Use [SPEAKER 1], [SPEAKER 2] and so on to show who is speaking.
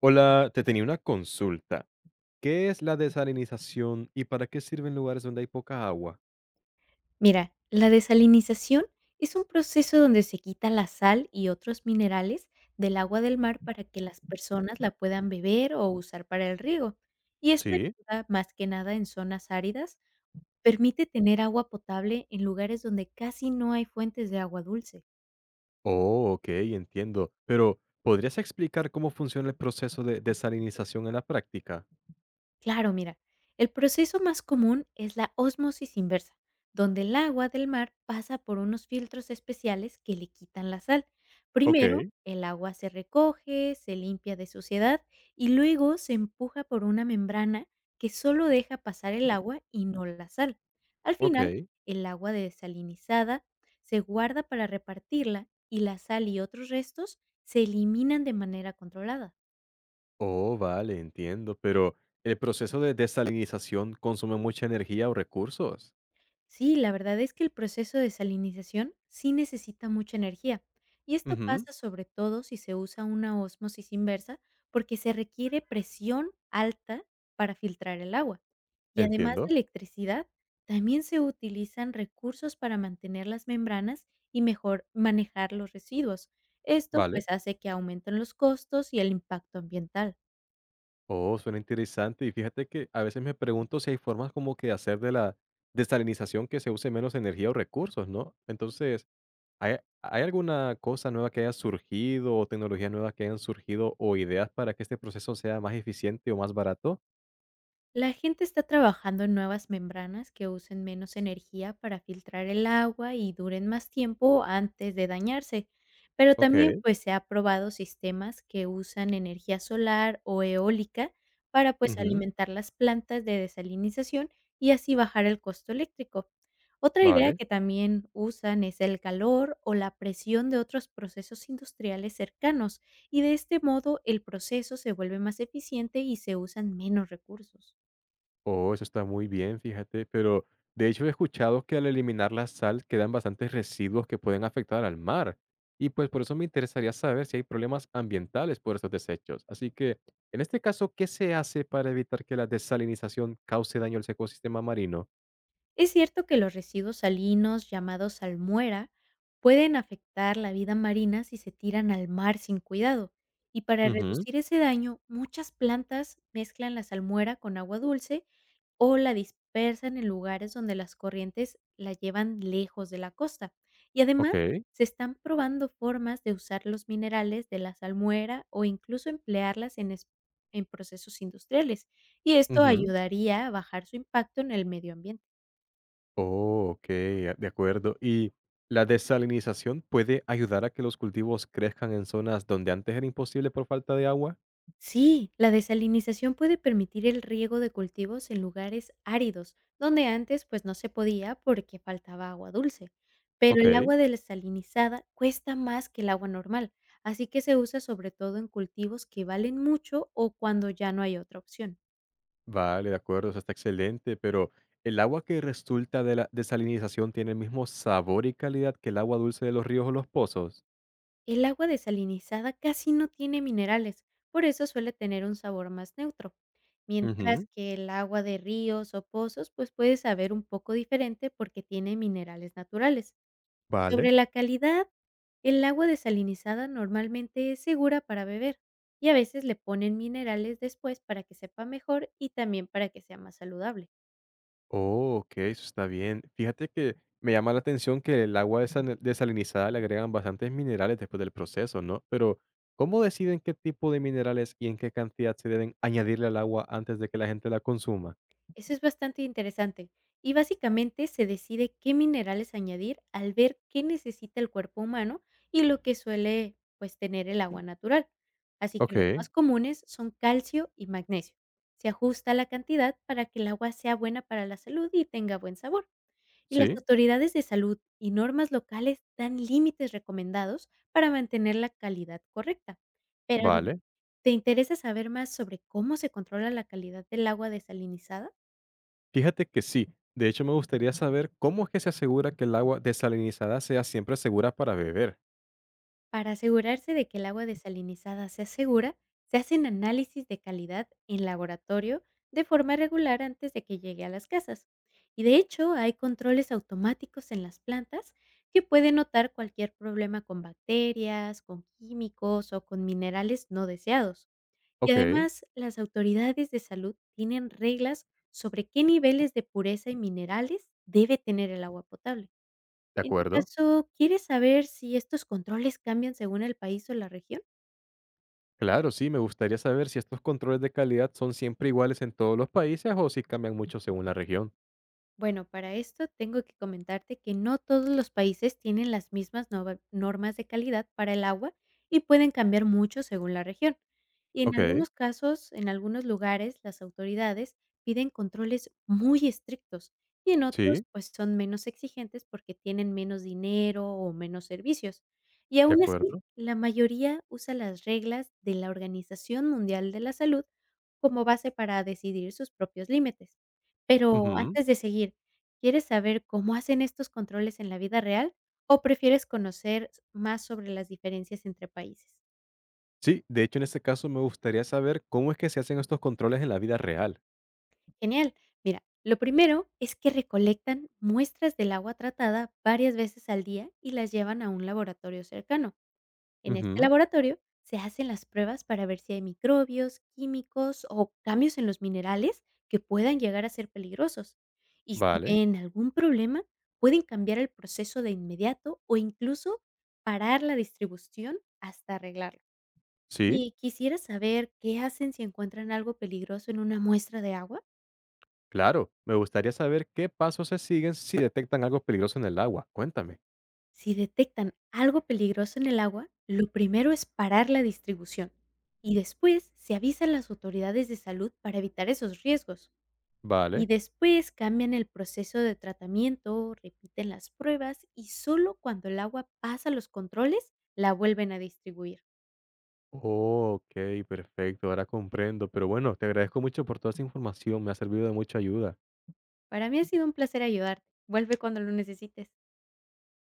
[SPEAKER 1] Hola, te tenía una consulta. ¿Qué es la desalinización y para qué sirve en lugares donde hay poca agua?
[SPEAKER 2] Mira, la desalinización es un proceso donde se quita la sal y otros minerales del agua del mar para que las personas la puedan beber o usar para el riego. Y esto
[SPEAKER 1] Sí.
[SPEAKER 2] ayuda más que nada en zonas áridas, permite tener agua potable en lugares donde casi no hay fuentes de agua dulce.
[SPEAKER 1] Oh, ok, entiendo. Pero, ¿podrías explicar cómo funciona el proceso de desalinización en la práctica?
[SPEAKER 2] Claro, mira, el proceso más común es la ósmosis inversa, donde el agua del mar pasa por unos filtros especiales que le quitan la sal.
[SPEAKER 1] Ok,
[SPEAKER 2] Primero, el agua se recoge, se limpia de suciedad y luego se empuja por una membrana que solo deja pasar el agua y no la sal. Al final,
[SPEAKER 1] ok.
[SPEAKER 2] el agua desalinizada se guarda para repartirla, y la sal y otros restos se eliminan de manera controlada.
[SPEAKER 1] Oh, vale, entiendo. Pero, ¿el proceso de desalinización consume mucha energía o recursos?
[SPEAKER 2] Sí, la verdad es que el proceso de salinización sí necesita mucha energía, y esto
[SPEAKER 1] Ujú,
[SPEAKER 2] pasa sobre todo si se usa una ósmosis inversa, porque se requiere presión alta para filtrar el agua. Y además
[SPEAKER 1] entiendo.
[SPEAKER 2] de electricidad, también se utilizan recursos para mantener las membranas y mejor manejar los residuos. Esto
[SPEAKER 1] Vale.
[SPEAKER 2] pues hace que aumenten los costos y el impacto ambiental.
[SPEAKER 1] Oh, suena interesante. Y fíjate que a veces me pregunto si hay formas como que de hacer de la desalinización que se use menos energía o recursos, ¿no? Entonces, ¿hay, hay alguna cosa nueva que haya surgido o tecnologías nuevas que hayan surgido o ideas para que este proceso sea más eficiente o más barato?
[SPEAKER 2] La gente está trabajando en nuevas membranas que usen menos energía para filtrar el agua y duren más tiempo antes de dañarse, pero también
[SPEAKER 1] Ok.
[SPEAKER 2] pues se ha probado sistemas que usan energía solar o eólica para pues
[SPEAKER 1] Ujú,
[SPEAKER 2] alimentar las plantas de desalinización y así bajar el costo eléctrico. Otra idea
[SPEAKER 1] vale.
[SPEAKER 2] que también usan es el calor o la presión de otros procesos industriales cercanos, y de este modo el proceso se vuelve más eficiente y se usan menos recursos.
[SPEAKER 1] Oh, eso está muy bien, fíjate, pero de hecho he escuchado que al eliminar la sal quedan bastantes residuos que pueden afectar al mar. Y pues por eso me interesaría saber si hay problemas ambientales por estos desechos. Así que, en este caso, ¿qué se hace para evitar que la desalinización cause daño al ecosistema marino?
[SPEAKER 2] Es cierto que los residuos salinos, llamados salmuera, pueden afectar la vida marina si se tiran al mar sin cuidado. Y para
[SPEAKER 1] Ujú,
[SPEAKER 2] reducir ese daño, muchas plantas mezclan la salmuera con agua dulce o la dispersan en lugares donde las corrientes la llevan lejos de la costa. Y además,
[SPEAKER 1] ok.
[SPEAKER 2] se están probando formas de usar los minerales de la salmuera o incluso emplearlas en, en procesos industriales. Y esto
[SPEAKER 1] Ujú.
[SPEAKER 2] ayudaría a bajar su impacto en el medio ambiente.
[SPEAKER 1] Oh, ok, de acuerdo. ¿Y la desalinización puede ayudar a que los cultivos crezcan en zonas donde antes era imposible por falta de agua?
[SPEAKER 2] Sí, la desalinización puede permitir el riego de cultivos en lugares áridos, donde antes pues no se podía porque faltaba agua dulce. Pero el
[SPEAKER 1] Ok.
[SPEAKER 2] agua desalinizada cuesta más que el agua normal, así que se usa sobre todo en cultivos que valen mucho o cuando ya no hay otra opción.
[SPEAKER 1] Vale, de acuerdo, eso está excelente, pero ¿el agua que resulta de la desalinización tiene el mismo sabor y calidad que el agua dulce de los ríos o los pozos?
[SPEAKER 2] El agua desalinizada casi no tiene minerales, por eso suele tener un sabor más neutro, mientras
[SPEAKER 1] Ujú,
[SPEAKER 2] que el agua de ríos o pozos pues puede saber un poco diferente porque tiene minerales naturales.
[SPEAKER 1] vale.
[SPEAKER 2] Sobre la calidad, el agua desalinizada normalmente es segura para beber, y a veces le ponen minerales después para que sepa mejor y también para que sea más saludable.
[SPEAKER 1] Oh, ok, eso está bien. Fíjate que me llama la atención que el agua desalinizada le agregan bastantes minerales después del proceso, ¿no? Pero, ¿cómo deciden qué tipo de minerales y en qué cantidad se deben añadirle al agua antes de que la gente la consuma?
[SPEAKER 2] Eso es bastante interesante, y básicamente se decide qué minerales añadir al ver qué necesita el cuerpo humano y lo que suele pues tener el agua natural. Así que
[SPEAKER 1] Ok,
[SPEAKER 2] los más comunes son calcio y magnesio. Se ajusta la cantidad para que el agua sea buena para la salud y tenga buen sabor. Y las
[SPEAKER 1] sí,
[SPEAKER 2] autoridades de salud y normas locales dan límites recomendados para mantener la calidad correcta. Pero dime,
[SPEAKER 1] vale.
[SPEAKER 2] ¿te interesa saber más sobre cómo se controla la calidad del agua desalinizada?
[SPEAKER 1] Fíjate que sí. De hecho, me gustaría saber cómo es que se asegura que el agua desalinizada sea siempre segura para beber.
[SPEAKER 2] Para asegurarse de que el agua desalinizada sea segura, se hacen análisis de calidad en laboratorio de forma regular antes de que llegue a las casas. Y de hecho, hay controles automáticos en las plantas que pueden notar cualquier problema con bacterias, con químicos o con minerales no deseados. Y
[SPEAKER 1] Ok,
[SPEAKER 2] además, las autoridades de salud tienen reglas sobre qué niveles de pureza y minerales debe tener el agua potable.
[SPEAKER 1] de
[SPEAKER 2] En tu
[SPEAKER 1] acuerdo.
[SPEAKER 2] caso, ¿quieres saber si estos controles cambian según el país o la región?
[SPEAKER 1] Claro, sí, me gustaría saber si estos controles de calidad son siempre iguales en todos los países o si cambian mucho según la región.
[SPEAKER 2] Bueno, para esto tengo que comentarte que no todos los países tienen las mismas normas de calidad para el agua, y pueden cambiar mucho según la región. Y en
[SPEAKER 1] Ok,
[SPEAKER 2] algunos casos, en algunos lugares, las autoridades piden controles muy estrictos, y en
[SPEAKER 1] sí,
[SPEAKER 2] otros, pues son menos exigentes porque tienen menos dinero o menos servicios. Y
[SPEAKER 1] de
[SPEAKER 2] aún así,
[SPEAKER 1] acuerdo.
[SPEAKER 2] la mayoría usa las reglas de la Organización Mundial de la Salud como base para decidir sus propios límites. Pero
[SPEAKER 1] Ujú.
[SPEAKER 2] antes de seguir, ¿quieres saber cómo hacen estos controles en la vida real o prefieres conocer más sobre las diferencias entre países?
[SPEAKER 1] Sí, de hecho, en este caso me gustaría saber cómo es que se hacen estos controles en la vida real.
[SPEAKER 2] Genial. Mira, lo primero es que recolectan muestras del agua tratada varias veces al día y las llevan a un laboratorio cercano. En este
[SPEAKER 1] Ujú,
[SPEAKER 2] laboratorio se hacen las pruebas para ver si hay microbios, químicos o cambios en los minerales que puedan llegar a ser peligrosos. Y si
[SPEAKER 1] vale,
[SPEAKER 2] ven algún problema, pueden cambiar el proceso de inmediato o incluso parar la distribución hasta arreglarlo.
[SPEAKER 1] sí,
[SPEAKER 2] Y quisiera saber qué hacen si encuentran algo peligroso en una muestra de agua.
[SPEAKER 1] claro. Me gustaría saber qué pasos se siguen si detectan algo peligroso en el agua. Cuéntame.
[SPEAKER 2] Si detectan algo peligroso en el agua, lo primero es parar la distribución, y después se avisan las autoridades de salud para evitar esos riesgos.
[SPEAKER 1] Vale.
[SPEAKER 2] Y después cambian el proceso de tratamiento, repiten las pruebas y solo cuando el agua pasa los controles la vuelven a distribuir.
[SPEAKER 1] Oh, ok, perfecto, ahora comprendo. Pero bueno, te agradezco mucho por toda esa información, me ha servido de mucha ayuda.
[SPEAKER 2] Para mí ha sido un placer ayudarte. Vuelve cuando lo necesites.